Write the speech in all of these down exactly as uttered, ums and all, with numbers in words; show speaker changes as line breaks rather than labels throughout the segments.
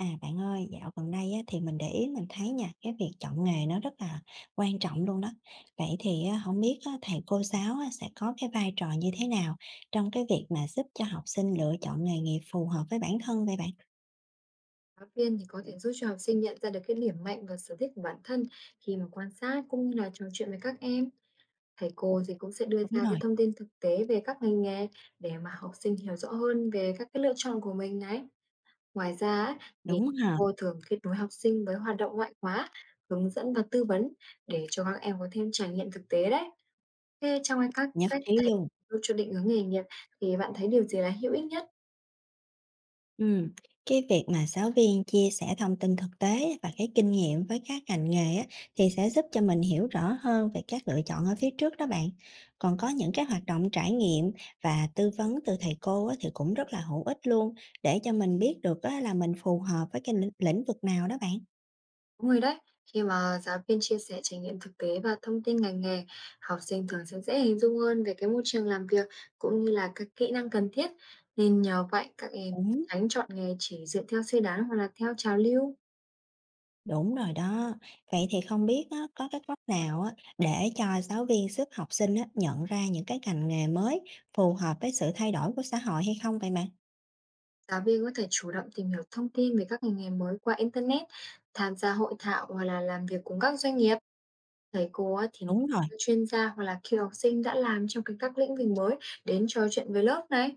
À, bạn ơi, dạo gần đây á, thì mình để ý mình thấy nha, cái việc chọn nghề nó rất là quan trọng luôn đó. Vậy thì á, hổng biết á, thầy cô giáo á, sẽ có cái vai trò như thế nào trong cái việc mà giúp cho học sinh lựa chọn nghề nghiệp phù hợp với bản thân vậy bạn?
Giáo viên thì có thể giúp cho học sinh nhận ra được cái điểm mạnh và sở thích của bản thân khi mà quan sát cũng như là trò chuyện với các em. Thầy cô thì cũng sẽ đưa
Đúng
ra cái
rồi.
thông tin thực tế về các ngành nghề để mà học sinh hiểu rõ hơn về các cái lựa chọn của mình đấy. Ngoài ra á, thì
Đúng ha,
cô thường kết nối học sinh với hoạt động ngoại khóa, hướng dẫn và tư vấn để cho các em có thêm trải nghiệm thực tế đấy. Thế trong các
nhất
cách
trí
thầy
luôn.
giúp cho định hướng nghề nghiệp thì bạn thấy điều gì là hữu ích nhất?
Ừm, cái việc mà giáo viên chia sẻ thông tin thực tế và cái kinh nghiệm với các ngành nghề á, thì sẽ giúp cho mình hiểu rõ hơn về các lựa chọn ở phía trước đó bạn. Còn có những cái hoạt động trải nghiệm và tư vấn từ thầy cô á, thì cũng rất là hữu ích luôn để cho mình biết được á, là mình phù hợp với cái lĩnh lĩnh vực nào đó bạn.
Đúng rồi đấy, khi mà giáo viên chia sẻ trải nghiệm thực tế và thông tin ngành nghề, học sinh thường sẽ dễ hình dung hơn về cái môi trường làm việc cũng như là các kỹ năng cần thiết. Nên nhờ vậy các em
Đúng,
tránh chọn nghề chỉ dựa theo suy đoán hoặc là theo trào lưu.
đúng rồi đó. Vậy thì không biết á, có cái cách nào á, để cho giáo viên giúp học sinh á, nhận ra những cái ngành nghề mới phù hợp với sự thay đổi của xã hội hay không vậy bạn?
Giáo viên có thể chủ động tìm hiểu thông tin về các ngành nghề mới qua internet, tham gia hội thảo hoặc là làm việc cùng các doanh nghiệp. Thầy cô á thì nên
Đúng rồi.
chuyên gia hoặc là cựu học sinh đã làm trong cái các lĩnh vực mới đến trò chuyện với lớp này.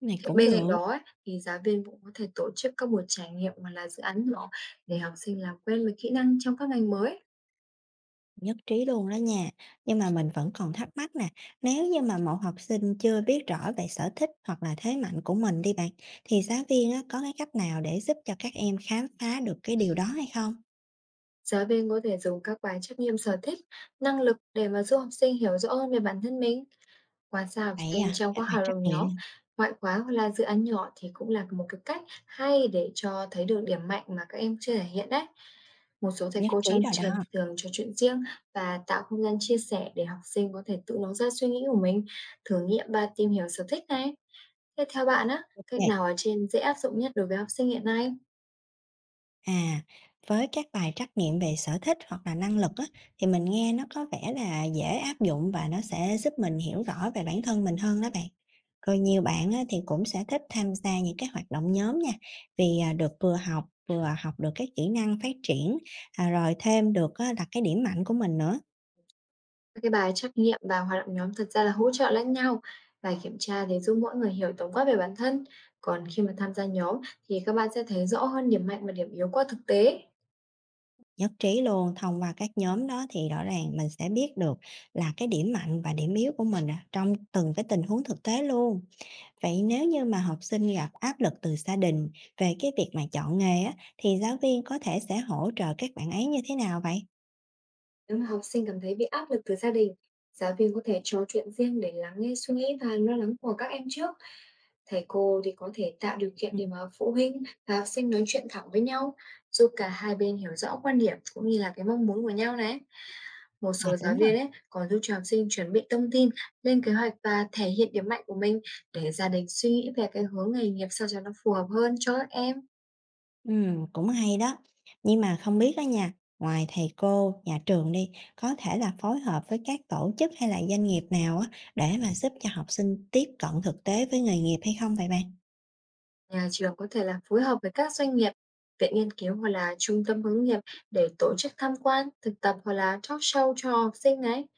Này
Cái
cũng
bên cạnh
được,
đó ấy, thì giáo viên cũng có thể tổ chức các buổi trải nghiệm hoặc là dự án nhỏ để học sinh làm quen với kỹ năng trong các ngành mới.
nhất trí luôn đó nha. Nhưng mà mình vẫn còn thắc mắc nè, nếu như mà một học sinh chưa biết rõ về sở thích hoặc là thế mạnh của mình đi bạn, thì giáo viên á, có cái cách nào để giúp cho các em khám phá được cái điều đó hay không?
Giáo viên có thể dùng các bài trắc nghiệm sở thích, năng lực để mà giúp học sinh hiểu rõ hơn về bản thân mình, quan sát học
Vậy
sinh
à,
trong các
các bạn
hoạt
trắc
động nhóm,
nghiệm
ngoại khóa hoặc là dự án nhỏ thì cũng là một cái cách hay để cho thấy được điểm mạnh mà các em chưa thể hiện đấy. Một số thầy
nhất
cô
trí
trong
rồi
trường
đó.
thì thường trò chuyện riêng và tạo không gian chia sẻ để học sinh có thể tự nói ra suy nghĩ của mình, thử nghiệm và tìm hiểu sở thích này. Thế theo bạn á, cách
Ok.
nào ở trên dễ áp dụng nhất đối với học sinh hiện nay?
À, với các bài trắc nghiệm về sở thích hoặc là năng lực á, thì mình nghe nó có vẻ là dễ áp dụng và nó sẽ giúp mình hiểu rõ về bản thân mình hơn đó bạn. Rồi nhiều bạn á, thì cũng sẽ thích tham gia những cái hoạt động nhóm nha, vì à, được vừa học vừa học được các kỹ năng phát triển, à, rồi thêm được á, là cái điểm mạnh của mình nữa.
Các cái bài trắc nghiệm và hoạt động nhóm thật ra là hỗ trợ lẫn nhau. Bài kiểm tra thì giúp mỗi người hiểu tổng quát về bản thân. Còn khi mà tham gia nhóm thì các bạn sẽ thấy rõ hơn điểm mạnh và điểm yếu qua thực tế.
Nhất trí luôn, thông qua các nhóm đó thì rõ ràng mình sẽ biết được là cái điểm mạnh và điểm yếu của mình à, trong từng cái tình huống thực tế luôn. Vậy nếu như mà học sinh gặp áp lực từ gia đình về cái việc mà chọn nghề á, thì giáo viên có thể sẽ hỗ trợ các bạn ấy như thế nào vậy?
Nếu mà học sinh cảm thấy bị áp lực từ gia đình, giáo viên có thể trò chuyện riêng để lắng nghe suy nghĩ và lo lắng của các em trước. Thầy cô thì có thể tạo điều kiện
Ừ.
để mà phụ huynh và học sinh nói chuyện thẳng với nhau, giúp cả hai bên hiểu rõ quan điểm cũng như là cái mong muốn của nhau này. Một
À,
số giáo
đúng rồi,
viên ấy còn giúp cho học sinh chuẩn bị thông tin, lên kế hoạch và thể hiện điểm mạnh của mình để gia đình suy nghĩ về cái hướng nghề nghiệp sao cho nó phù hợp hơn cho các em.
ừ, cũng hay đó. Nhưng mà không biết đó nha, ngoài thầy cô, nhà trường đi, có thể là phối hợp với các tổ chức hay là doanh nghiệp nào á, để mà giúp cho học sinh tiếp cận thực tế với nghề nghiệp hay không vậy bạn?
Nhà trường có thể là phối hợp với các doanh nghiệp, viện nghiên cứu hoặc là trung tâm hướng nghiệp để tổ chức tham quan, thực tập hoặc là talk show cho học sinh đấy.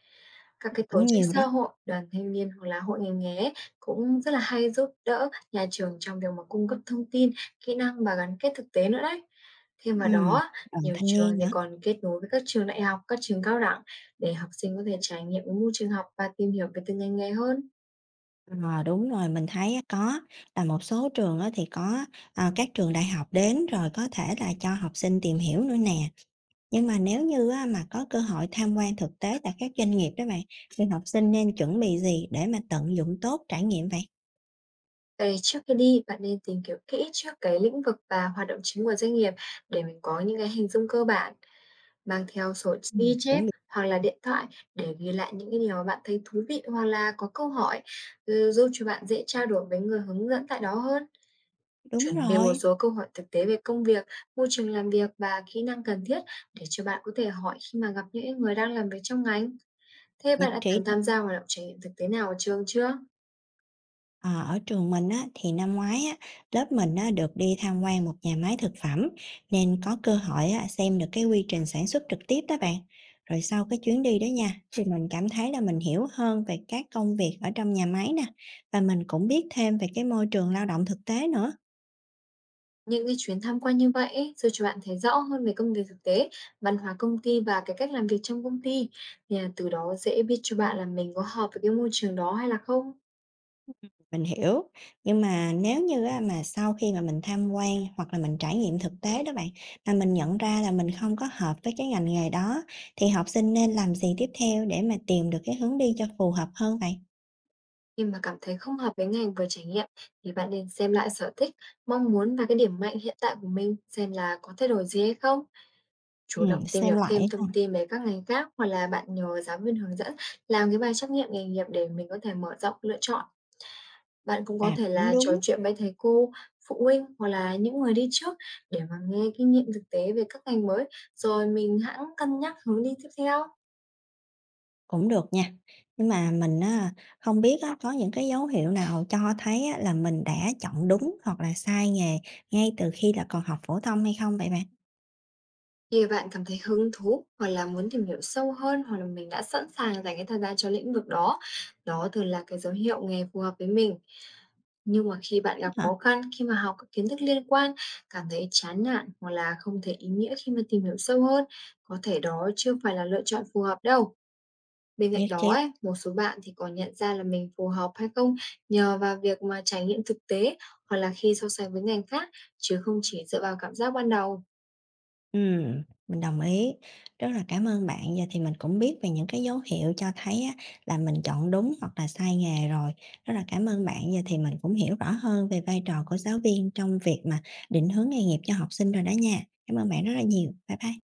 Các cái tổ
Cũng
chức
nhiều đó,
xã hội, đoàn thanh niên hoặc là hội ngành nghề ấy cũng rất là hay giúp đỡ nhà trường trong việc mà cung cấp thông tin, kỹ năng và gắn kết thực tế nữa đấy. Thêm vào đó,
ừ,
á,
đoàn
nhiều
thanh
trường
niên
thì
nữa.
còn kết nối với các trường đại học, các trường cao đẳng để học sinh có thể trải nghiệm môi trường học và tìm hiểu về từng ngành nghề hơn.
Ờ, đúng rồi, mình thấy á có, là một số trường á thì có, ờ, các trường đại học đến rồi có thể là cho học sinh tìm hiểu nữa nè. Nhưng mà nếu như á mà có cơ hội tham quan thực tế tại các doanh nghiệp đó bạn, thì học sinh nên chuẩn bị gì để mà tận dụng tốt trải nghiệm vậy?
Vậy trước khi đi, bạn nên tìm hiểu kỹ trước cái lĩnh vực và hoạt động chính của doanh nghiệp để mình có những cái hình dung cơ bản, mang theo sổ ghi
Ừm.
chép
Chuẩn bị
hoặc là điện thoại để ghi lại những cái điều mà bạn thấy thú vị hoặc là có câu hỏi, ừ, giúp cho bạn dễ trao đổi với người hướng dẫn tại đó hơn.
đúng
Chuẩn bị một
rồi,
số câu hỏi thực tế về công việc, môi trường làm việc và kỹ năng cần thiết để cho bạn có thể hỏi khi mà gặp những người đang làm việc trong ngành. Thế
nhập
bạn đã
trí.
từng tham gia hoạt động trải nghiệm thực tế nào ở trường chưa?
Ờ, ở trường mình á, thì năm ngoái á, lớp mình á, được đi tham quan một nhà máy thực phẩm nên có cơ hội á, xem được cái quy trình sản xuất trực tiếp đó bạn. Rồi sau cái chuyến đi đó nha, thì mình cảm thấy là mình hiểu hơn về các công việc ở trong nhà máy nè và mình cũng biết thêm về cái môi trường lao động thực tế nữa.
Những cái chuyến tham quan như vậy ấy, giúp cho bạn thấy rõ hơn về công việc thực tế, văn hóa công ty và cái cách làm việc trong công ty. Thì là từ đó dễ biết cho bạn là mình có hợp với cái môi trường đó hay là không.
Mình hiểu, nhưng mà nếu như á mà sau khi mà mình tham quan hoặc là mình trải nghiệm thực tế đó bạn, mà mình nhận ra là mình không có hợp với cái ngành nghề đó, thì học sinh nên làm gì tiếp theo để mà tìm được cái hướng đi cho phù hợp hơn vậy?
Khi mà cảm thấy không hợp với ngành vừa trải nghiệm thì bạn nên xem lại sở thích, mong muốn và cái điểm mạnh hiện tại của mình xem là có thay đổi gì hay không. Chủ động
Ừm,
tìm
xem
hiểu thêm
lại ha,
thông tin về các ngành khác hoặc là bạn nhờ giáo viên hướng dẫn làm cái bài trắc nghiệm nghề nghiệp để mình có thể mở rộng lựa chọn. Bạn cũng có
à,
thể
cũng
là
đúng,
trò chuyện với thầy cô, phụ huynh hoặc là những người đi trước để mà nghe kinh nghiệm thực tế về các ngành mới, rồi mình hãng cân nhắc hướng đi tiếp theo.
cũng được nha. Nhưng mà mình á, không biết á, có những cái dấu hiệu nào cho thấy á, là mình đã chọn đúng hoặc là sai nghề ngay từ khi là còn học phổ thông hay không vậy bạn?
Khi bạn cảm thấy hứng thú hoặc là muốn tìm hiểu sâu hơn hoặc là mình đã sẵn sàng dành cái thời gian cho lĩnh vực đó, đó thường là cái dấu hiệu nghề phù hợp với mình. Nhưng mà khi bạn
Thế
gặp
hả?
khó khăn khi mà học các kiến thức liên quan, cảm thấy chán nản hoặc là không thấy ý nghĩa khi mà tìm hiểu sâu hơn, có thể đó chưa phải là lựa chọn phù hợp đâu. Bên cạnh
Nhất
đó
trí.
ấy, một số bạn thì còn nhận ra là mình phù hợp hay không nhờ vào việc mà trải nghiệm thực tế hoặc là khi so sánh với ngành khác chứ không chỉ dựa vào cảm giác ban đầu.
Ừm, mình đồng ý. Rất là cảm ơn bạn. Giờ thì mình cũng biết về những cái dấu hiệu cho thấy á, là mình chọn đúng hoặc là sai nghề rồi. Rất là cảm ơn bạn. Giờ thì mình cũng hiểu rõ hơn về vai trò của giáo viên trong việc mà định hướng nghề nghiệp cho học sinh rồi đó nha. Cảm ơn bạn rất là nhiều. Bye bye.